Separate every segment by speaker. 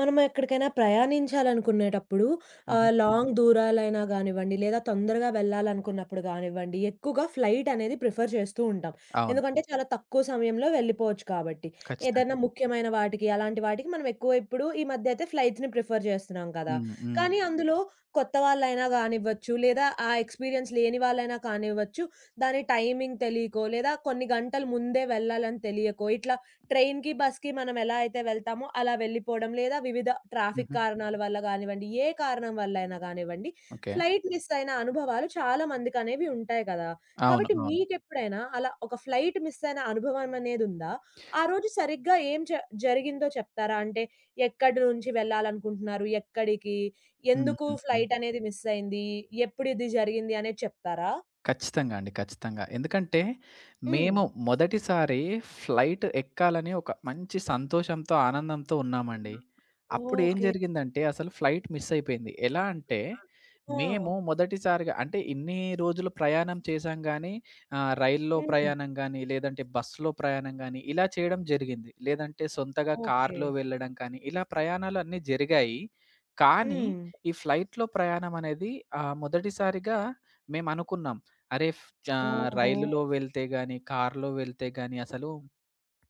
Speaker 1: మనం ఎక్కడికైనా ప్రయాణించాలనుకునేటప్పుడు
Speaker 2: హుహు.
Speaker 1: లాంగ్ దూరాలైనా గానివ్వండి, లేదా తొందరగా వెళ్ళాలనుకున్నప్పుడు గానివ్వండి, ఎక్కువగా ఫ్లైట్ అనేది ప్రిఫర్ చేస్తూ ఉంటాం.
Speaker 2: అవును.
Speaker 1: ఎందుకంటే చాలా తక్కువ సమయంలో వెళ్ళిపోవచ్చు కాబట్టి.
Speaker 2: ఖచ్చితంగా.
Speaker 1: ఏదైనా ముఖ్యమైన వాటికి, అలాంటి వాటికి మనం ఎక్కువ ఇప్పుడు ఈ మధ్య అయితే ఫ్లైట్స్‌ని ప్రిఫర్ చేస్తున్నాం కదా!
Speaker 2: హ్మ్. హ్మ్.
Speaker 1: కానీ అందులో కొత్త వాళ్ళైనా గానివ్వచ్చు, లేదా ఆ ఎక్స్‌పీరియన్స్ లేని వాళ్ళైనా కానివ్వచ్చు, దాని టైమింగ్ తెలీకో, లేదా కొన్ని గంటలు ముందే వెళ్ళాలని తెలియకో, ఇట్లా ట్రైన్‌కి, బస్‌కి మనం ఎలా అయితే వెళ్తామో అలా వెళ్ళిపోవడం. లేదా వివిధ ట్రాఫిక్
Speaker 2: హుహు.
Speaker 1: కారణాల వల్ల గానివ్వండి, ఏ కారణం వల్లైనా గానివ్వండి,
Speaker 2: ఓకే.
Speaker 1: ఫ్లైట్ మిస్ అయిన అనుభవాలు చాలా మందికనేవి ఉంటాయి కదా!
Speaker 2: అవును.
Speaker 1: కాబట్టి
Speaker 2: అవును.
Speaker 1: మీకెప్పుడైనా అలా ఒక ఫ్లైట్ మిస్ అయిన అనుభవం అనేదుందా? ఆ రోజు సరిగ్గా ఏం జరిగిందో చెప్తారా? అంటే ఎక్కడి నుంచి వెళ్ళాలనుకుంటున్నారు? ఎక్కడికి? ఎందుకు
Speaker 2: హుహుహు.
Speaker 1: ఫ్లైట్ అనేది మిస్ అయింది? ఎప్పుడు ఇది జరిగింది అనేది చెప్తారా?
Speaker 2: ఖచ్చితంగా అండి. ఖచ్చితంగా. ఎందుకంటే,
Speaker 1: హ్మ్.
Speaker 2: మేము మొదటిసారి ఫ్లైట్ ఎక్కాలని ఒక మంచి సంతోషంతో, ఆనందంతో ఉన్నామండి.
Speaker 1: అప్
Speaker 2: అప్పుడు ఏం
Speaker 1: ఓకే.
Speaker 2: జరిగిందంటే, అసలు ఫ్లైట్ మిస్ అయిపోయింది. ఎలా అంటే,
Speaker 1: ఆ!
Speaker 2: మేము మొదటిసారిగా అంటే ఇన్ని రోజులు ప్రయాణం చేశాం గానీ, రైల్లో
Speaker 1: హ్మ్.
Speaker 2: ప్రయాణం గానీ, లేదంటే బస్సులో ప్రయాణం గానీ, ఇలా చేయడం జరిగింది. లేదంటే సొంతగా
Speaker 1: ఓకే.
Speaker 2: కార్‌లో వెళ్ళడం కానీ, ఇలా ప్రయాణాలు అన్నీ జరిగాయి. కానీ,
Speaker 1: హ్మ్.
Speaker 2: ఈ ఫ్లైట్‌లో ప్రయాణం అనేది మొదటిసారిగా మేమనుకున్నాం. అరే! ఫ్ చా
Speaker 1: ఓహో!
Speaker 2: రైలులో వెళ్తే గాని, కారులో వెళ్తే గాని అసలు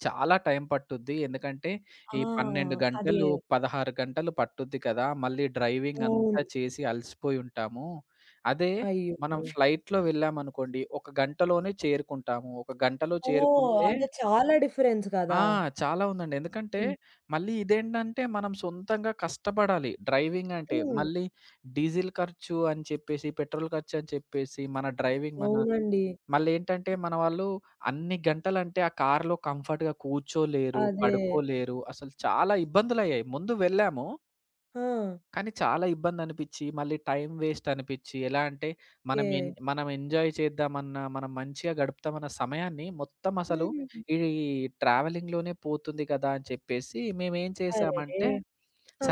Speaker 2: చాలా టైం పట్టుద్ది. ఎందుకంటే
Speaker 1: ఆ!
Speaker 2: ఈ 12
Speaker 1: అదే.
Speaker 2: గంటలు, 16 గంటలు పట్టుద్ది కదా! మళ్ళీ డ్రైవింగ్
Speaker 1: అవును.
Speaker 2: అంతా చేసి అలసిపోయి ఉంటాము. అదే
Speaker 1: అయ్యో!
Speaker 2: మనం ఫ్లైట్‌లో వెళ్ళామనుకోండి, ఒక గంటలోనే చేరుకుంటాము. ఒక గంటలో
Speaker 1: ఓహ్!
Speaker 2: చేరుకుంటే
Speaker 1: అంటే చాలా డిఫరెన్స్
Speaker 2: ఆ!
Speaker 1: కదా!
Speaker 2: చాలా ఉందండి. ఎందుకంటే
Speaker 1: హ్మ్.
Speaker 2: మళ్ళీ ఇదేంటంటే మనం సొంతంగా కష్టపడాలి. డ్రైవింగ్ అంటే
Speaker 1: హ్మ్.
Speaker 2: మళ్ళీ డీజిల్ ఖర్చు అని చెప్పేసి, పెట్రోల్ ఖర్చు అని చెప్పేసి, మన డ్రైవింగ్ మన
Speaker 1: అవునండి.
Speaker 2: మళ్ళేంటంటే మన వాళ్ళు అన్ని గంటలంటే ఆ కార్‌లో కంఫర్ట్‌గా కూర్చోలేరు,
Speaker 1: అదే.
Speaker 2: పడుకోలేరు. అసలు చాలా ఇబ్బందులయ్యాయి. ముందు వెళ్ళాము.
Speaker 1: ఆ!
Speaker 2: కానీ చాలా ఇబ్బందనిపిచ్చి, మళ్ళీ టైం వేస్ట్ అనిపిచ్చి, ఎలా అంటే
Speaker 1: ఓకే.
Speaker 2: మనం ఎంజాయ్ చేద్దామన్నా, మనం మంచిగా గడుపుతామన్న సమయాన్ని మొత్తం అసలు
Speaker 1: హ్మ్.
Speaker 2: ఈ ట్రావెలింగ్‌లోనే పోతుంది కదా! అని చెప్పేసి మేమేం
Speaker 1: అరెరే!
Speaker 2: చేశామంటే,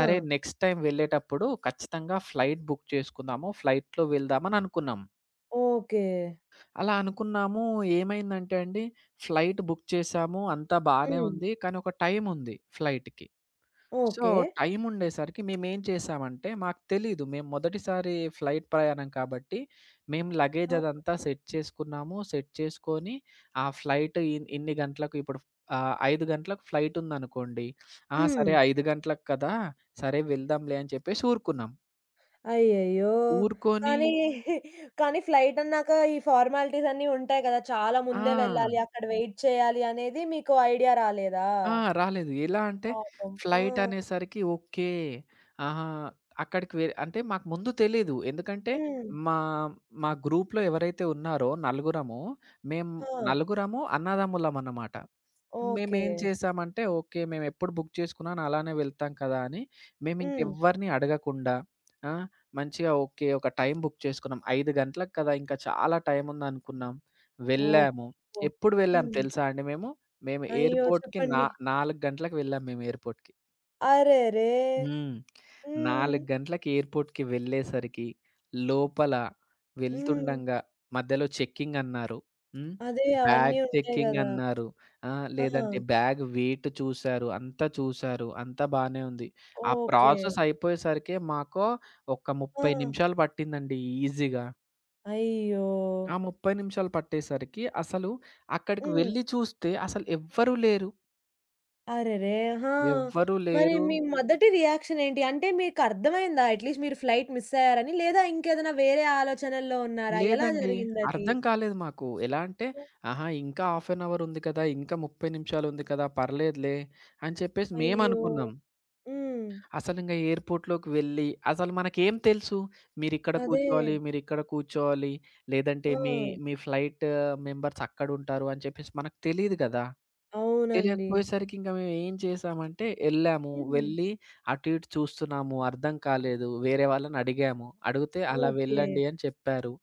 Speaker 1: ఆ!
Speaker 2: నెక్స్ట్ టైమ్ వెళ్ళేటప్పుడు ఖచ్చితంగా ఫ్లైట్ బుక్ చేసుకుందాము. ఫ్లైట్‌లో వెళ్దామని అనుకున్నాం.
Speaker 1: ఓకే.
Speaker 2: అలా అనుకున్నాము. ఏమైందంటే అండి, ఫ్లైట్ బుక్ చేసాము. అంతా బానే
Speaker 1: హ్మ్.
Speaker 2: ఉంది. కానీ ఒక టైముంది ఫ్లైట్‌కి. So,
Speaker 1: okay.
Speaker 2: టైముండేసరికి మేమేం చేసామంటే, మాకు తెలీదు. మేము మొదటిసారి ఫ్లైట్ ప్రయాణం కాబట్టి, మేము లగేజ్
Speaker 1: ఆ!
Speaker 2: అదంతా సెట్ చేసుకున్నాము. సెట్ చేసుకొని, ఆ ఫ్లైట్ ఇన్ని గంటలకు ఇప్పుడు 5 గంటలకు ఫ్లైటుందనుకోండి. ఆ!
Speaker 1: హ్మ్.
Speaker 2: సరే 5 గంటలకు కదా! సరే వెళ్దాంలే అని చెప్పేసి ఊరుకున్నాం.
Speaker 1: అయ్యయ్యో!
Speaker 2: ఊరుకొని
Speaker 1: కానీ, కానీ ఫ్లైట్ అన్నాక ఈ ఫార్మాలిటీస్ అన్నీ ఉంటాయి కదా! చాలా
Speaker 2: ఆ!
Speaker 1: ముందే వెళ్ళాలి, అక్కడ వెయిట్ చేయాలి అనేది మీకు ఐడియా రాలేదా?
Speaker 2: ఆ! రాలేదు. ఎలా అంటే
Speaker 1: పాపం. ఆ!
Speaker 2: ఫ్లైట్ అనేసరికి ఓకే. ఆహా! అక్కడికి వె అంటే మాకు ముందు తెలీదు. ఎందుకంటే
Speaker 1: హ్మ్.
Speaker 2: మా మా గ్రూప్‌లో ఎవరైతే ఉన్నారో నలుగురము, మేము
Speaker 1: ఆ!
Speaker 2: నలుగురము అన్నదమ్ములమన్నమాట.
Speaker 1: ఓకే.
Speaker 2: మేమేం చేసామంటే ఓకే. మేమెప్పుడు బుక్ చేసుకున్నాను అలానే వెళ్తాం కదా! అని
Speaker 1: హ్మ్.
Speaker 2: మేమింకెవ్వరిని అడగకుండా ఆ! మంచిగా ఓకే. ఒక టైమ్ బుక్ చేసుకున్నాం. 5 గంటలకు కదా! ఇంకా చాలా టైముందనుకున్నాం. వెళ్ళాము.
Speaker 1: ఓహోహో!
Speaker 2: ఎప్పుడు వెళ్ళాం
Speaker 1: హ్మ్.
Speaker 2: తెలుసా అండి మేము? మేము
Speaker 1: అయ్యో!
Speaker 2: ఎయిర్‌పోర్ట్‌కి నా
Speaker 1: చెప్పండి.
Speaker 2: 4 గంటలకు వెళ్ళాం మేము ఎయిర్‌పోర్ట్‌కి.
Speaker 1: అరెరే!
Speaker 2: హ్మ్.
Speaker 1: హ్మ్.
Speaker 2: 4 గంటలకి ఎయిర్‌పోర్ట్‌కి వెళ్ళేసరికి లోపల
Speaker 1: హ్మ్.
Speaker 2: వెళ్తుండంగా మధ్యలో చెకింగ్ అన్నారు. హ్మ్.
Speaker 1: అదే అవన్నీ
Speaker 2: బ్యాగ్
Speaker 1: ఉంటాయి
Speaker 2: చెకింగ్
Speaker 1: గదా!
Speaker 2: అన్నారు. ఆ!
Speaker 1: ఆ!
Speaker 2: లేదంటే బ్యాగ్ వెయిట్ చూసారు. అంతా చూసారు. అంతా బానే ఉంది. ఆ
Speaker 1: ఓకే.
Speaker 2: ప్రాసెస్ అయిపోయేసరికి మాకు ఒక
Speaker 1: ఆ!
Speaker 2: 30 నిమిషాలు పట్టిందండి ఈజీగా.
Speaker 1: అయ్యో!
Speaker 2: ఆ 30 నిమిషాలు పట్టేసరికి అసలు అక్కడికి
Speaker 1: హ్మ్.
Speaker 2: వెళ్లి చూస్తే అసలు ఎవ్వరు లేరు.
Speaker 1: అరెరే! ఆ!
Speaker 2: ఎవ్వరు
Speaker 1: మరి
Speaker 2: లేరు.
Speaker 1: మీ మొదటి రియాక్షన్ ఏంటి? అంటే మీకర్థమైందా అట్‌లీస్ట్ మీరు ఫ్లైట్ మిస్ అయ్యారని? లేదా ఇంకేదైనా వేరే ఆలోచనల్లో ఉన్నారా? ఎలా
Speaker 2: లేదండి.
Speaker 1: జరిగిందది?
Speaker 2: అర్థం కాలేదు మాకు. ఎలా అంటే, ఆహా! ఇంకా హాఫ్ ఎన్ అవర్ ఉంది కదా! ఇంకా 30 నిమిషాలు ఉంది కదా! పర్లేదులే అని చెప్పేసి
Speaker 1: అయ్యో!
Speaker 2: మేమనుకున్నాం.
Speaker 1: హ్మ్.
Speaker 2: అసలింక ఎయిర్‌పోర్ట్‌లోకి వెళ్ళి, అసలు మనకేం తెలుసు? మీరిక్కడ
Speaker 1: అదే.
Speaker 2: కూర్చోవాలి, మీరిక్కడ కూర్చోవాలి, లేదంటే
Speaker 1: ఆ!
Speaker 2: మీ మీ ఫ్లైట్ మెంబర్స్ అక్కడుంటారు అని చెప్పేసి మనకు తెలీదు గదా!
Speaker 1: అవునండి.
Speaker 2: తెలియకపోయేసరికి ఇంక మేమేం చేసామంటే ఎళ్ళాము.
Speaker 1: హ్మ్.
Speaker 2: వెళ్ళి అటు ఇటు చూస్తున్నాము. అర్థం కాలేదు. వేరే వాళ్ళని అడిగాము. అడిగితే అలా
Speaker 1: ఓకే.
Speaker 2: వెళ్ళండి అని చెప్పారు.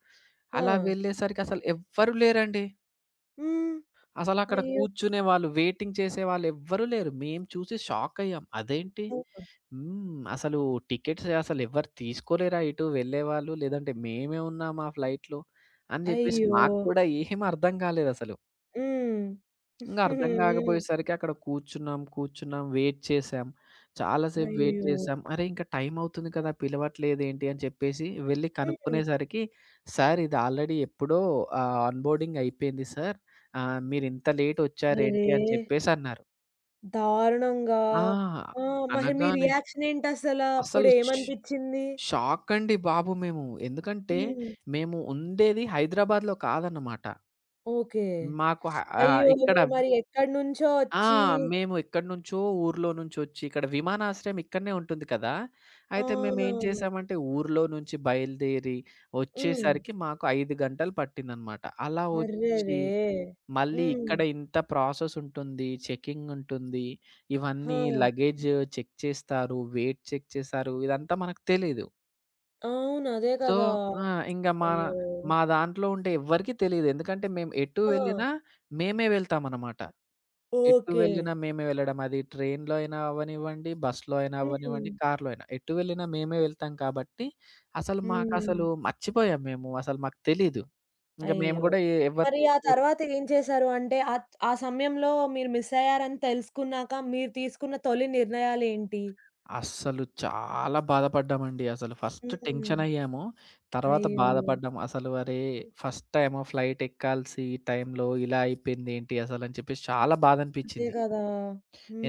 Speaker 2: అలా
Speaker 1: ఆ!
Speaker 2: వెళ్ళేసరికి అసలు ఎవ్వరు లేరండి.
Speaker 1: హ్మ్.
Speaker 2: అసలక్కడ
Speaker 1: అయ్యో!
Speaker 2: కూర్చునేవాళ్ళు, వెయిటింగ్ చేసేవాళ్ళు ఎవ్వరు లేరు. మేము చూసి షాకయ్యాం. అదేంటి?
Speaker 1: ఆ!
Speaker 2: హ్మ్. అసలు టికెట్స్ అసలెవ్వరు తీసుకోలేరా ఇటు వెళ్ళేవాళ్ళు? లేదంటే మేమే ఉన్నామా ఫ్లైట్‌లో? అని జెప్పేసి
Speaker 1: అయ్యో!
Speaker 2: మాకు కూడా ఏం అర్థం కాలేదసలు.
Speaker 1: హ్మ్.
Speaker 2: ఇంగ అర్థం
Speaker 1: హ్మ్.
Speaker 2: కాకపోయేసరికి అక్కడ కూర్చున్నాం, కూర్చున్నాం, వెయిట్ చేశాం. చాలా సేపు వెయిట్
Speaker 1: అయ్యో!
Speaker 2: చేశాం. అరే! ఇంకా టైమ్ అవుతుంది కదా! పిలవట్లేదేంటి అని చెప్పేసి వెళ్లి
Speaker 1: హ్మ్.
Speaker 2: కనుక్కునేసరికి, "సార్ ఇది ఆల్రెడీ ఎప్పుడో ఆన్‌బోర్డింగ్ అయిపోయింది సార్. మీరింత లేట్ వచ్చారేంటి?"
Speaker 1: అరెరే!
Speaker 2: అని చెప్పేసి అన్నారు.
Speaker 1: దారుణంగా.
Speaker 2: ఆ!
Speaker 1: ఆ! మరి మీ
Speaker 2: అనగానే
Speaker 1: రియాక్షన్ ఏంటసల?
Speaker 2: అసలు
Speaker 1: అప్పుడేమనిపిచ్చింది?
Speaker 2: షాక్ అండి బాబు మేము. ఎందుకంటే,
Speaker 1: హ్మ్.
Speaker 2: మేము ఉండేది హైదరాబాద్‌లో కాదన్నమాట.
Speaker 1: ఓకే.
Speaker 2: మాకు
Speaker 1: అయ్యో!
Speaker 2: ఇక్కడ
Speaker 1: మీరు మరి ఎక్కడి నుంచో
Speaker 2: ఆ!
Speaker 1: వచ్చి
Speaker 2: మేము ఎక్కడి నుంచో ఊర్లో నుంచొచ్చి ఇక్కడ విమానాశ్రయం ఇక్కడనే ఉంటుంది కదా! అయితే మేమేం
Speaker 1: అవునవును.
Speaker 2: చేసామంటే ఊర్లో నుంచి బయలుదేరి
Speaker 1: హ్మ్.
Speaker 2: వచ్చేసరికి మాకు 5 గంటలు పట్టిందనమాట. అలా వచ్చి
Speaker 1: అర్రెరే!
Speaker 2: మళ్ళీ
Speaker 1: హ్మ్.
Speaker 2: ఇక్కడ ఇంత ప్రాసెస్ ఉంటుంది. చెకింగ్ ఉంటుంది.
Speaker 1: ఆ!
Speaker 2: ఇవన్నీ లగేజ్ చెక్ చేస్తారు. వెయిట్ చెక్ చేస్తారు. ఇదంతా మనకు తెలీదు.
Speaker 1: అవును. అదే
Speaker 2: సో
Speaker 1: కదా!
Speaker 2: ఆ! ఇంగ మా
Speaker 1: అయ్యో!
Speaker 2: మా దాంట్లో ఉంటే ఎవ్వరికీ తెలీదు. ఎందుకంటే మేము ఎటు
Speaker 1: ఆ!
Speaker 2: వెళ్ళినా మేమే వెళ్తామనమాట. ఎటు
Speaker 1: ఓకే.
Speaker 2: వెళ్ళినా మేమే వెళ్ళడం. అది ట్రైన్‌లో అయినా అవ్వనివ్వండి, బస్‌లో అయినా అవ్వనివ్వండి,
Speaker 1: హ్మ్.
Speaker 2: కార్‌లో అయినా. ఎటు వెళ్ళినా మేమే వెళ్తాం కాబట్టి, అసలు
Speaker 1: హ్మ్.
Speaker 2: మాకసలు మర్చిపోయాం మేము. అసలు మాకు తెలీదు. ఇంక మేము
Speaker 1: అయ్యో!
Speaker 2: గూడా ఎవరు
Speaker 1: మరి ఆ తర్వాత ఏం చేశారు? అంటే ఆ సమయంలో మీరు మిస్ అయ్యారని తెలుసుకున్నాక మీరు తీసుకున్న తొలి నిర్ణయాలేంటి?
Speaker 2: అస్సలు చాలా బాధపడ్డామండి. అసలు ఫస్ట్
Speaker 1: హ్మ్.
Speaker 2: టెన్షనయ్యాము. తర్వాత
Speaker 1: అయ్యో!
Speaker 2: బాధపడ్డాం. అసలు అరే! ఫస్ట్ టైము ఫ్లైట్ ఎక్కాల్సి ఈ టైంలో ఇలా అయిపోయిందేంటి అసలని చెప్పేసి చాలా
Speaker 1: అదే
Speaker 2: బాధనిపిచ్చింది.
Speaker 1: కదా!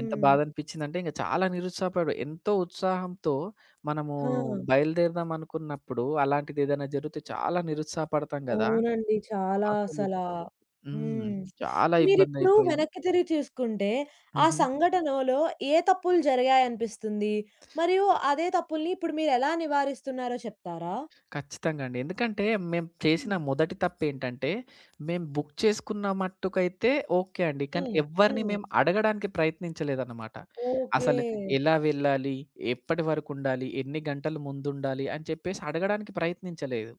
Speaker 2: ఎంత బాధనిపించిందంటే ఇంక చాలా నిరుత్సాహపడు ఎంతో ఉత్సాహంతో మనము
Speaker 1: ఆ!
Speaker 2: బయలుదేరదాం అనుకున్నప్పుడు అలాంటిదేదైనా జరిగితే చాలా నిరుత్సాహపడతాం గదా!
Speaker 1: అవునండి. చాలా
Speaker 2: అసలు
Speaker 1: అసలా.
Speaker 2: హ్మ్.
Speaker 1: హ్మ్.
Speaker 2: చాలా
Speaker 1: మీరిప్పుడు
Speaker 2: ఇబ్బందయిపోయి
Speaker 1: వెనక్కి తిరిగి చూసుకుంటే ఆ
Speaker 2: హుహు.
Speaker 1: సంఘటనలో ఏ తప్పులు జరిగాయనిపిస్తుంది? మరియు అదే తప్పుల్ని ఇప్పుడు మీరెలా నివారిస్తున్నారో చెప్తారా?
Speaker 2: ఖచ్చితంగా అండి. ఎందుకంటే మేము చేసిన
Speaker 1: హ్మ్.
Speaker 2: మొదటి తప్పేంటంటే, మేము బుక్ చేసుకున్న మట్టుకైతే ఓకే అండి. కానీ
Speaker 1: హ్మ్.
Speaker 2: ఎవ్వరిని
Speaker 1: హ్మ్.
Speaker 2: మేము అడగడానికి ప్రయత్నించలేదన్నమాట.
Speaker 1: ఓకే.
Speaker 2: అసలు ఎలా వెళ్ళాలి? ఎప్పటి వరకుండాలి? ఎన్ని గంటలు ముందుండాలి? అని చెప్పేసి అడగడానికి ప్రయత్నించలేదు.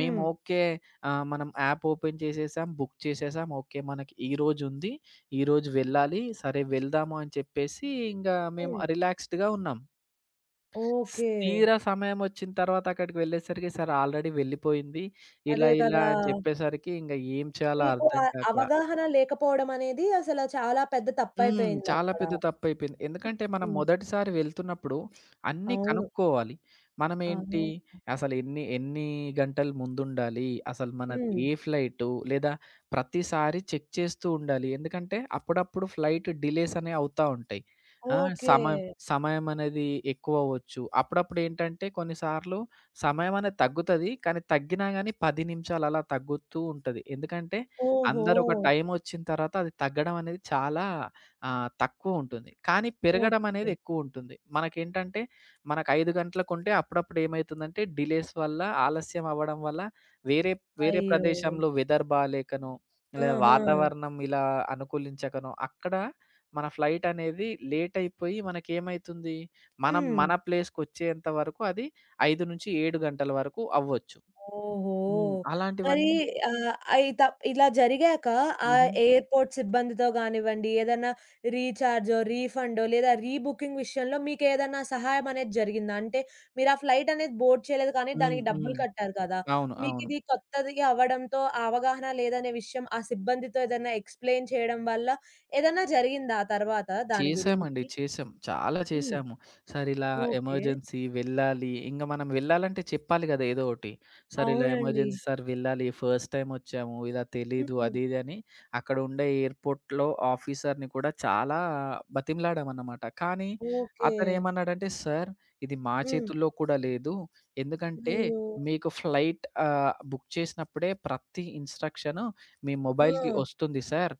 Speaker 2: మేము
Speaker 1: హ్మ్.
Speaker 2: ఓకే మనం యాప్ ఓపెన్ చేసేసాం, బుక్ చేసేసాం. ఓకే మనకి ఈరోజుంది. ఈరోజు వెళ్ళాలి. సరే వెళ్దాము అని చెప్పేసి ఇంగా మేము
Speaker 1: హ్మ్.
Speaker 2: రిలాక్స్‌డ్‌గా ఉన్నాం.
Speaker 1: ఓకే.
Speaker 2: తీరా సమయమొచ్చిన తర్వాత అక్కడికి వెళ్ళేసరికి, "సార్ ఆల్రెడీ వెళ్ళిపోయింది" ఇలా
Speaker 1: అదే
Speaker 2: ఇలా
Speaker 1: కదా!
Speaker 2: అని
Speaker 1: హ్మ్.
Speaker 2: చెప్పేసరికి ఇంక ఏం చేయాలో
Speaker 1: మీకు
Speaker 2: అర్థం కాక
Speaker 1: అవగాహన లేకపోవడమనేది అసల చాలా పెద్ద
Speaker 2: హ్మ్. చాలా
Speaker 1: తప్పయిపోయిందక్కడ.
Speaker 2: పెద్ద తప్పయిపోయింది. ఎందుకంటే మనం
Speaker 1: హ్మ్.
Speaker 2: మొదటిసారి వెళ్తున్నప్పుడు అన్నీ
Speaker 1: అవును.
Speaker 2: కనుక్కోవాలి. మనమేంటి
Speaker 1: ఆహా!
Speaker 2: అసలెన్ని ఎన్ని ఎన్ని గంటలు ముందుండాలి? అసలు మనది
Speaker 1: హ్మ్.
Speaker 2: ఏ ఫ్లైటు? లేదా ప్రతిసారి చెక్ చేస్తూ ఉండాలి. ఎందుకంటే అప్పుడప్పుడు ఫ్లైట్ డిలేస్ అనేవి అవుతా ఉంటాయి. ఆ!
Speaker 1: ఓకే.
Speaker 2: సమయం సమయం అనేది ఎక్కువవ్వచ్చు. అప్పుడప్పుడేంటంటే కొన్నిసార్లు సమయం అనేది తగ్గుతది. కానీ తగ్గినా గానీ 10 నిమిషాలు అలా తగ్గుతూ ఉంటది. ఎందుకంటే
Speaker 1: ఓహో!
Speaker 2: అందరూ ఒక టైమొచ్చిన తర్వాత అది తగ్గడం అనేది చాలా ఆ! తక్కువుంటుంది. కానీ పెరగడం అనేది
Speaker 1: ఓకే.
Speaker 2: ఎక్కువుంటుంది. మనకేంటంటే, మనకు 5 గంటలకుంటే అప్పుడప్పుడు ఏమైతుందంటే, డిలేస్ వల్ల, ఆలస్యం అవ్వడం వల్ల, వేరే వేరే
Speaker 1: అయ్యో!
Speaker 2: ప్రదేశంలో వెదర్ బాలేకనో, లేదా
Speaker 1: ఆహా!
Speaker 2: వాతావరణం ఇలా అనుకూలించకనో, అక్కడ మన ఫ్లైటనేది లేటయిపోయి మనకేమైతుంది, మనం
Speaker 1: హ్మ్.
Speaker 2: మన ప్లేస్‌కొచ్చేంత వరకు అది 5-7 గంటల వరకు అవ్వచ్చు.
Speaker 1: ఓహో!
Speaker 2: హ్మ్.
Speaker 1: మరి
Speaker 2: అలాంటివన్నీ
Speaker 1: ఆహ్, అయి త ఇలా జరిగాక ఆ
Speaker 2: హుహు.
Speaker 1: ఎయిర్‌పోర్ట్ సిబ్బందితో గానివ్వండి, ఏదన్నా రీచార్జో, రీఫండో లేదా రీబుకింగ్ విషయంలో మీకేదన్నా సహాయం అనేది జరిగిందా? అంటే మీరు ఆ ఫ్లైట్ అనేది బోర్డ్ చేయలేదు కానీ
Speaker 2: హ్మ్.
Speaker 1: దానికి
Speaker 2: హ్మ్.
Speaker 1: డబ్బులు కట్టారు కదా!
Speaker 2: అవును. అవును.
Speaker 1: మీకిది కొత్తది అవ్వడంతో ఆ అవగాహన లేదనే విషయం ఆ సిబ్బందితో ఏదన్నా ఎక్స్‌ప్లెయిన్ చేయడం వల్ల ఏదన్నా జరిగిందా ఆ తర్వాత దాని
Speaker 2: చేశామండి.
Speaker 1: గురించి?
Speaker 2: చేశాం. చాలా
Speaker 1: హ్మ్.
Speaker 2: చేశాము. సార్ ఇలా
Speaker 1: ఓకే.
Speaker 2: ఎమర్జెన్సీ వెళ్ళాలి. ఇంగ మనం వెళ్ళాలంటే చెప్పాలి గదా! ఏదో ఒకటి. సార్ ఇలా
Speaker 1: అవునండి.
Speaker 2: ఎమర్జెన్సీ సార్ వెళ్ళాలి. ఫస్ట్ టైమ్ వచ్చాము. ఇలా తెలీదు
Speaker 1: హ్మ్.
Speaker 2: అది ఇది అని అక్కడ ఉండే ఎయిర్‌పోర్ట్‌లో ఆఫీసర్‌ని కూడా చాలా బతిమలాడామన్నమాట. కానీ
Speaker 1: ఓకే.
Speaker 2: అతనేమన్నాడంటే, "సార్ ఇది మా
Speaker 1: హ్మ్.
Speaker 2: చేతుల్లో కూడా లేదు. ఎందుకంటే
Speaker 1: అయ్యో!
Speaker 2: మీకు ఫ్లైట్ బుక్ చేసినప్పుడే ప్రతి ఇన్‌స్ట్రక్షన్ మీ
Speaker 1: ఆ!
Speaker 2: మొబైల్‌కి వస్తుంది సార్.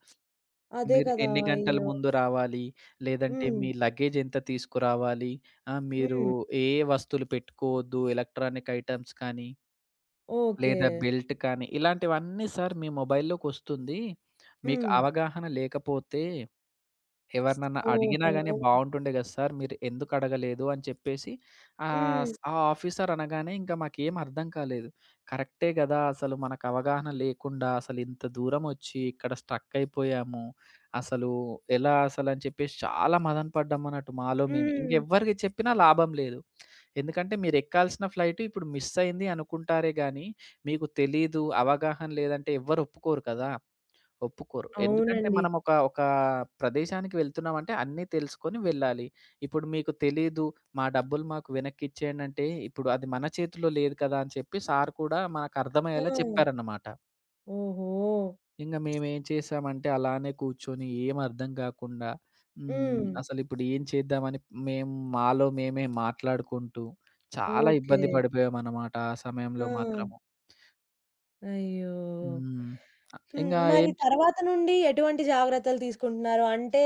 Speaker 1: అదే
Speaker 2: మీరు
Speaker 1: కదా!
Speaker 2: ఎన్ని
Speaker 1: హ్మ్.
Speaker 2: గంటల
Speaker 1: అయ్యో!
Speaker 2: ముందు రావాలి? లేదంటే
Speaker 1: హ్మ్.
Speaker 2: మీ లగేజ్ ఎంత తీసుకురావాలి? మీరు
Speaker 1: హ్మ్.
Speaker 2: ఏ వస్తువులు పెట్టుకోవద్దు ఎలక్ట్రానిక్ ఐటెమ్స్ కానీ,
Speaker 1: ఓకే.
Speaker 2: లేదా బెల్ట్ కానీ ఇలాంటివన్నీ సార్ మీ మొబైల్‌లోకొస్తుంది. మీకు
Speaker 1: హ్మ్.
Speaker 2: అవగాహన లేకపోతే ఎవరినన్నా అడిగినా
Speaker 1: ఓహో!
Speaker 2: గాని బావుంటుండే గదా సార్! మీరు ఎందుకు అడగలేదు అని చెప్పేసి ఆహ్,
Speaker 1: హ్మ్.
Speaker 2: స్ ఆ ఆఫీసర్ అనగానే ఇంకా మాకేం అర్థం కాలేదు. కరెక్టే గదా! అసలు మనకు అవగాహన లేకుండా అసలు ఇంత దూరం ఒచ్చి ఇక్కడ స్ట్రక్ అయిపోయాము. అసలు ఎలా అసలు అని చెప్పేసి చాలా మదన పడ్డాం అన్నట్టు మాలో మేమే.
Speaker 1: హ్మ్.
Speaker 2: ఇంకెవ్వరికి చెప్పినా లాభం లేదు. ఎందుకంటే మీరు ఎక్కాల్సిన ఫ్లైట్ ఇప్పుడు మిస్ అయింది అనుకుంటారే గానీ మీకు తెలీదు, అవగాహన లేదంటే ఎవ్వరు ఒప్పుకోరు కదా! ఒప్పుకోరు. ఎందుకంటే
Speaker 1: అవునండి.
Speaker 2: మనం ఒక ఒక ప్రదేశానికి వెళ్తున్నామంటే అన్నీ తెలుసుకొని వెళ్ళాలి. ఇప్పుడు మీకు తెలీదు, మా డబ్బులు మాకు వెనక్కిచ్చేయండి అంటే, ఇప్పుడు అది మన చేతిలో లేదు కదా! అని చెప్పి సార్ కూడా
Speaker 1: ఆ!
Speaker 2: మనకర్థమయ్యేలా చెప్పారన్నమాట.
Speaker 1: ఓహో!
Speaker 2: ఇంగ మేమేం చేశామంటే అలానే కూర్చొని ఏం అర్థం కాకుండా
Speaker 1: హ్మ్.
Speaker 2: హ్మ్.
Speaker 1: హ్మ్.
Speaker 2: అసలిప్పుడు ఏం చేద్దామని మాలో మేమే మాట్లాడుకుంటూ చాలా
Speaker 1: ఓకే.
Speaker 2: ఇబ్బంది పడిపోయామన్నమాట ఆ
Speaker 1: ఆ!
Speaker 2: సమయంలో మాత్రము.
Speaker 1: అయ్యో!
Speaker 2: హ్మ్.
Speaker 1: హ్మ్.
Speaker 2: ఇంగా
Speaker 1: మరి
Speaker 2: ఏం
Speaker 1: తర్వాత నుండి ఎటువంటి జాగ్రత్తలు తీసుకుంటున్నారు? అంటే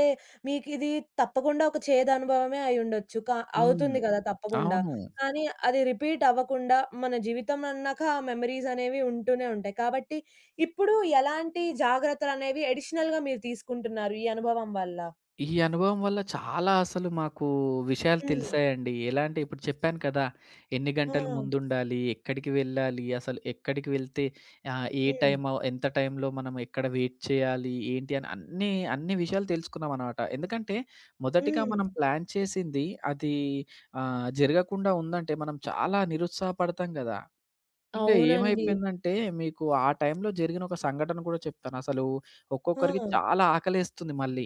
Speaker 1: మీకిది తప్పకుండా ఒక చేదనుభవమే అయ్యుండొచ్చు. కా
Speaker 2: హ్మ్.
Speaker 1: అవుతుంది కదా! తప్పకుండా.
Speaker 2: అవును.
Speaker 1: కానీ అది రిపీట్ అవ్వకుండా మన జీవితం అన్నాక ఆ మెమోరీస్ అనేవి ఉంటూనే ఉంటాయి. కాబట్టి ఇప్పుడు ఎలాంటి జాగ్రత్తలనేవి అడిషనల్‌గా మీరు తీసుకుంటున్నారు ఈ అనుభవం వల్ల?
Speaker 2: ఈ అనుభవం వల్ల చాలా అసలు మాకు విషయాలు
Speaker 1: హ్మ్.
Speaker 2: తెలిసాయండి. ఎలా అంటే ఇప్పుడు చెప్పాను కదా! ఎన్ని
Speaker 1: ఆ!
Speaker 2: గంటలు ముందుండాలి? ఎక్కడికి వెళ్ళాలి? అసలు ఎక్కడికి వెళ్తే ఏ
Speaker 1: హ్మ్.
Speaker 2: టైమ్ ఎంత టైంలో మనం ఎక్కడ వెయిట్ చేయాలి? ఏంటి అని అన్నీ, అన్ని విషయాలు తెలుసుకున్నామనమాట. ఎందుకంటే మొదటిగా
Speaker 1: హ్మ్.
Speaker 2: మనం ప్లాన్ చేసింది అది జరగకుండా ఉందంటే మనం చాలా నిరుత్సాహపడతాం గదా! ఇంగా
Speaker 1: అవునండి.
Speaker 2: ఏమైపోయిందంటే, మీకు ఆ టైంలో జరిగిన ఒక సంఘటన కూడా చెప్తాను. అసలు ఒక్కొక్కరికి
Speaker 1: ఆ!
Speaker 2: చాలా ఆకలేస్తుంది మళ్ళీ.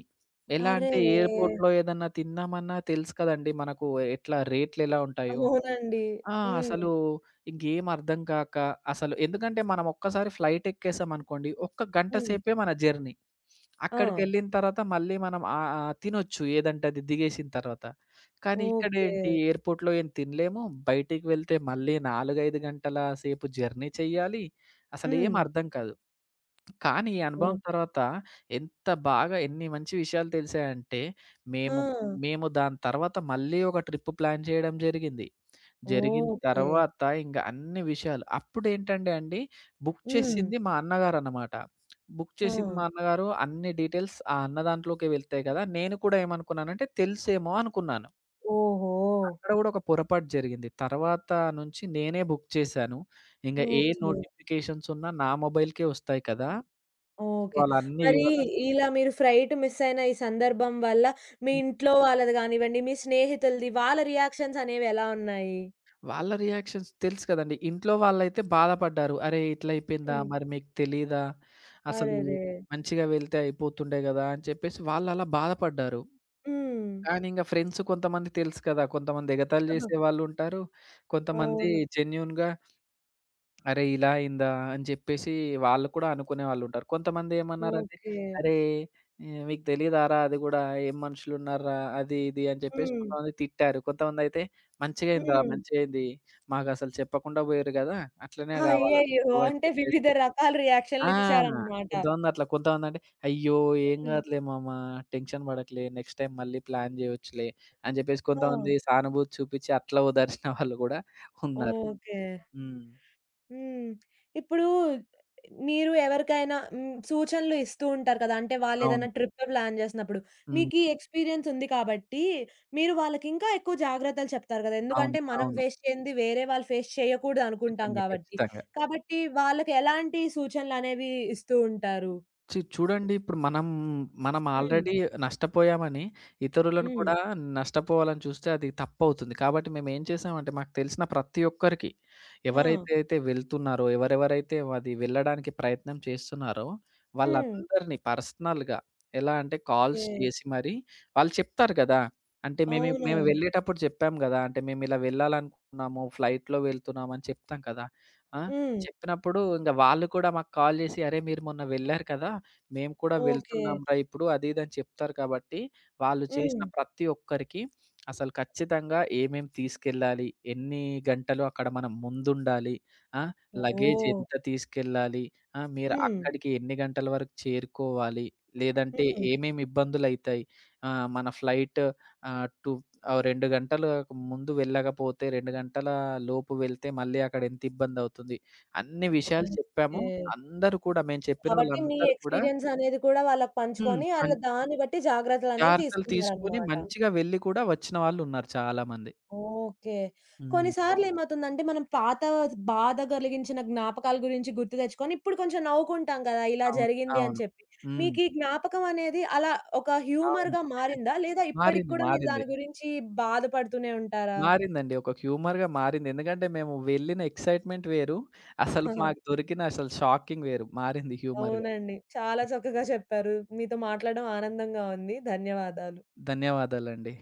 Speaker 2: ఎలా అంటే
Speaker 1: అరెరే!
Speaker 2: ఎయిర్‌పోర్ట్‌లో ఏదన్నా తిందామన్నా తెలుసు కదండీ మనకు ఎట్లా రేట్లెలా ఉంటాయో.
Speaker 1: అవునండి.
Speaker 2: ఆ!
Speaker 1: హ్మ్.
Speaker 2: అసలు ఈ గేమ్ అర్థం కాక అసలు ఎందుకంటే మనం ఒక్కసారి ఫ్లైట్ ఎక్కేసామనుకోండి, ఒక్క గంట
Speaker 1: హ్మ్.
Speaker 2: సేపే మన జర్నీ.
Speaker 1: ఆ!
Speaker 2: అక్కడికెళ్ళిన తర్వాత మళ్ళీ మనం ఆహ్, ఆహ్, తినొచ్చు ఏదంటే అది దిగేసిన తర్వాత. కానీ
Speaker 1: ఓకే.
Speaker 2: ఇక్కడేంటి ఎయిర్‌పోర్ట్‌లో ఏం తినలేము. బయటికి వెళ్తే మళ్ళీ 4, 5 గంటల సేపు జర్నీ చేయాలి. అసలేం
Speaker 1: హ్మ్.
Speaker 2: అర్థం కాదు. కానీ ఈ అనుభవం
Speaker 1: ఓహ్!
Speaker 2: తర్వాత ఎంత బాగా ఎన్ని మంచి విషయాలు తెలిసాయంటే, మేము
Speaker 1: ఆ!
Speaker 2: మేము దాని తర్వాత మళ్ళీ ఒక ట్రిప్ ప్లాన్ చేయడం జరిగింది. జరిగిన
Speaker 1: ఓకే.
Speaker 2: తర్వాత ఇంక అన్ని విషయాలు అప్పుడేంటంటే అండి, బుక్
Speaker 1: హ్మ్.
Speaker 2: చేసింది మా అన్నగారన్నమాట. బుక్
Speaker 1: ఆ!
Speaker 2: చేసింది మా అన్నగారు. అన్ని డీటెయిల్స్ ఆ అన్న దాంట్లోకే వెళ్తాయి కదా! నేను కూడా ఏమనుకున్నానంటే తెలుసేమో అనుకున్నాను.
Speaker 1: ఓహో!
Speaker 2: అక్కడ కూడా ఒక పొరపాటు జరిగింది. తర్వాత నుంచి నేనే బుక్ చేశాను. ఇంగ ఏ
Speaker 1: ఓకే.
Speaker 2: నోటిఫికేషన్స్ ఉన్నా నా మొబైల్‌కే వస్తాయి కదా!
Speaker 1: ఓకే.
Speaker 2: వాళ్ళన్ని
Speaker 1: మరి
Speaker 2: వివరాలు
Speaker 1: ఇలా మీరు ఫ్లైట్ మిస్ అయిన ఈ సందర్భం వల్ల మీ
Speaker 2: హ్మ్.
Speaker 1: ఇంట్లో వాళ్ళది గానివ్వండి, మీ స్నేహితులది వాళ్ళ రియాక్షన్స్ అనేవెలా ఉన్నాయి?
Speaker 2: వాళ్ళ రియాక్షన్స్ తెలుసు కదండీ. ఇంట్లో వాళ్ళైతే బాధపడ్డారు. "అరే! ఇట్లయిపోయిందా?
Speaker 1: హ్మ్.
Speaker 2: మరి మీకు తెలీదా? అసలు
Speaker 1: అరెరే!
Speaker 2: మంచిగా వెళ్తే అయిపోతుండే గదా!" అని చెప్పేసి వాళ్ళలా బాధపడ్డారు.
Speaker 1: హ్మ్.
Speaker 2: కానీ ఇంగ ఫ్రెండ్స్ కొంతమంది తెలుసు కదా! కొంతమంది ఎగతాళి చేసేవాళ్ళుంటారు. కొంతమంది
Speaker 1: అవును.
Speaker 2: జెన్యూన్‌గా అరే! ఇలా అయిందా? అని చెప్పేసి వాళ్ళు కూడా అనుకునేవాళ్ళుంటారు. కొంతమంది ఏమన్నారంటే,
Speaker 1: ఓకే.
Speaker 2: "అరే! మీకు తెలీదారా అది గూడా ఏం మనుషులున్నార్రా?" అది, ఇది అని చెప్పేసి
Speaker 1: హ్మ్.
Speaker 2: కొంతమంది తిట్టారు. కొంతమందయితే "మంచిగా అయిందిరా,
Speaker 1: హ్మ్.
Speaker 2: మంచిగయింది. మాకసలు చెప్పకుండా పోయిర్రు గదా! అట్లనే గావాలా
Speaker 1: అయ్యయ్యో!
Speaker 2: మీకు" అని
Speaker 1: అంటే
Speaker 2: చెప్పేసి
Speaker 1: వివిధ రకాల
Speaker 2: ఆ!
Speaker 1: రియాక్షన్‌లిచ్చారన్నమాట.
Speaker 2: కొంతమందట్లా. కొంతమందంటే, "అయ్యో! ఏం
Speaker 1: హ్మ్.
Speaker 2: గాదులే మామ టెన్షన్ బడకులే. నెక్స్ట్ టైమ్ మళ్ళీ ప్లాన్ జేయొచ్చులే" అని జెప్పేసి
Speaker 1: ఆ!
Speaker 2: కొంతమంది సానుభూతి చూపిచ్చి అట్లా ఓదార్చిన వాళ్ళు గూడా ఉన్నారు.
Speaker 1: ఓకే.
Speaker 2: హ్మ్.
Speaker 1: హ్మ్. ఇప్పుడు మీరు ఎవరికైనా హ్మ్, సూచనలు ఇస్తూ ఉంటారు కదా! అంటే
Speaker 2: అవును.
Speaker 1: వాళ్ళేదైనా ట్రిప్ ప్లాన్ చేసినప్పుడు.
Speaker 2: హ్మ్.
Speaker 1: మీకీ ఎక్స్‌పీరియన్స్ ఉంది కాబట్టి, మీరు వాళ్ళకింకా ఎక్కువ జాగ్రత్తలు చెప్తారు కదా!
Speaker 2: అవును.
Speaker 1: ఎందుకంటే మనం
Speaker 2: అవును.
Speaker 1: ఫేస్ చేయంది వేరే వాళ్ళు ఫేస్ చేయకూడదనుకుంటాం
Speaker 2: ఖచ్చితంగా.
Speaker 1: కాబట్టి.
Speaker 2: ఖచ్చితంగా.
Speaker 1: కాబట్టి వాళ్ళకి ఎలాంటి సూచనలనేవి ఇస్తూ ఉంటారు?
Speaker 2: చూడండి ఇప్పుడు మనం
Speaker 1: హ్మ్.
Speaker 2: ఆల్రెడీ నష్టపోయామని ఇతరులను
Speaker 1: హ్మ్.
Speaker 2: కూడా నష్టపోవాలని చూస్తే అది తప్పవుతుంది. కాబట్టి మేమేం చేసామంటే మాకు తెలిసిన ప్రతి ఒక్కరికి
Speaker 1: ఆ!
Speaker 2: ఎవరైతే అయితే వెళ్తున్నారో, ఎవరెవరైతే అది వెళ్ళడానికి ప్రయత్నం చేస్తున్నారో
Speaker 1: హ్మ్.
Speaker 2: వాళ్ళందరినీ పర్సనల్‌గా ఎలా అంటే
Speaker 1: ఓకే.
Speaker 2: కాల్స్ చేసి మరి వాళ్ళు చెప్తారు గదా! అంటే మేము
Speaker 1: అవునవును.
Speaker 2: వెళ్ళేటప్పుడు చెప్పాం గదా! అంటే మేము ఇలా వెళ్ళాలనుకుంటున్నాము, ఫ్లైట్‌లో వెళ్తున్నాము అని చెప్తాం కదా! ఆ!
Speaker 1: హ్మ్.
Speaker 2: చెప్పినప్పుడు ఇంక వాళ్ళు కూడా మాకు కాల్ చేసి "అరే! మీరు మొన్న వెళ్లారు కదా!" మేము కూడా
Speaker 1: ఓకే.
Speaker 2: వెళ్తున్నాంరా ఇప్పుడు అది ఇది అని చెప్తారు కాబట్టి, వాళ్ళు చేసిన
Speaker 1: హ్మ్.
Speaker 2: ప్రతి ఒక్కరికి అసలు ఖచ్చితంగా ఏమేం తీసుకెళ్ళాలి? ఎన్ని గంటలు అక్కడ మనం ముందుండాలి? ఆ! Luggage
Speaker 1: oh!
Speaker 2: ఎంత తీసుకెళ్ళాలి? ఆ! మీరు
Speaker 1: హ్మ్.
Speaker 2: అక్కడికి ఎన్ని గంటల వరకు చేరుకోవాలి? లేదంటే
Speaker 1: హ్మ్.
Speaker 2: ఏమేమి ఇబ్బందులైతాయి? మన ఫ్లైట్ ఆహ్, 2 ఆహ్, 2 గంటల ముందు వెళ్ళకపోతే 2 గంటల లోపు వెళ్తే మళ్ళీ అక్కడ ఎంత ఇబ్బందవుతుంది? అన్ని విషయాలు చెప్పాము.
Speaker 1: ఓకే.
Speaker 2: అందరూ కూడా మేము చెప్పిన
Speaker 1: కాబట్టి మీ
Speaker 2: వాళ్ళందరూ కూడా
Speaker 1: ఎక్స్‌పీరియన్స్ అనేది కూడా వాళ్ళకి
Speaker 2: హ్మ్.
Speaker 1: పంచుకొని, ఆళ్ళు హ్మ్. దాన్ని బట్టి జాగ్రత్తలనేవి
Speaker 2: జాగ్రత్తలు తీసుకొని
Speaker 1: తీసుకున్నారనమాట. హ్మ్.
Speaker 2: మంచిగా వెళ్లి కూడా వచ్చిన వాళ్ళున్నారు చాలామంది.
Speaker 1: ఓకే. కొన్ని
Speaker 2: హ్మ్.
Speaker 1: అవును. సార్లేమవుతుందంటే, మనం పాత బాధ కలిగించిన జ్ఞాపకాల గురించి గుర్తు తెచ్చుకొని, ఇప్పుడు కొంచెం నవ్వుకుంటాం కదా! ఇలా
Speaker 2: అవును.
Speaker 1: జరిగింది హ్మ్. అని
Speaker 2: అవును.
Speaker 1: చెప్పి.
Speaker 2: హ్మ్.
Speaker 1: మీకీ జ్ఞాపకం అనేది అలా ఒక
Speaker 2: అవును.
Speaker 1: హ్యూమర్‌గా మారిందా? లేదా ఇప్పటికి
Speaker 2: మారింది.
Speaker 1: కూడా మీరు
Speaker 2: మారింది.
Speaker 1: దాని గురించి బాధపడుతూనే ఉంటారా?
Speaker 2: మారిందండి. ఒక హ్యూమర్‌గా మారింది. ఎందుకంటే మేము వెళ్ళిన ఎక్సైట్‌మెంట్ వేరు. అసలు మాకు
Speaker 1: ఆహా!
Speaker 2: దొరికిన అసలు షాకింగ్ వేరు. మారింది హ్యూమర్‌గా.
Speaker 1: అవునండి. చాలా చక్కగా చెప్పారు. మీతో మాట్లాడడం ఆనందంగా ఉంది. ధన్యవాదాలు.
Speaker 2: ధన్యవాదాలండి.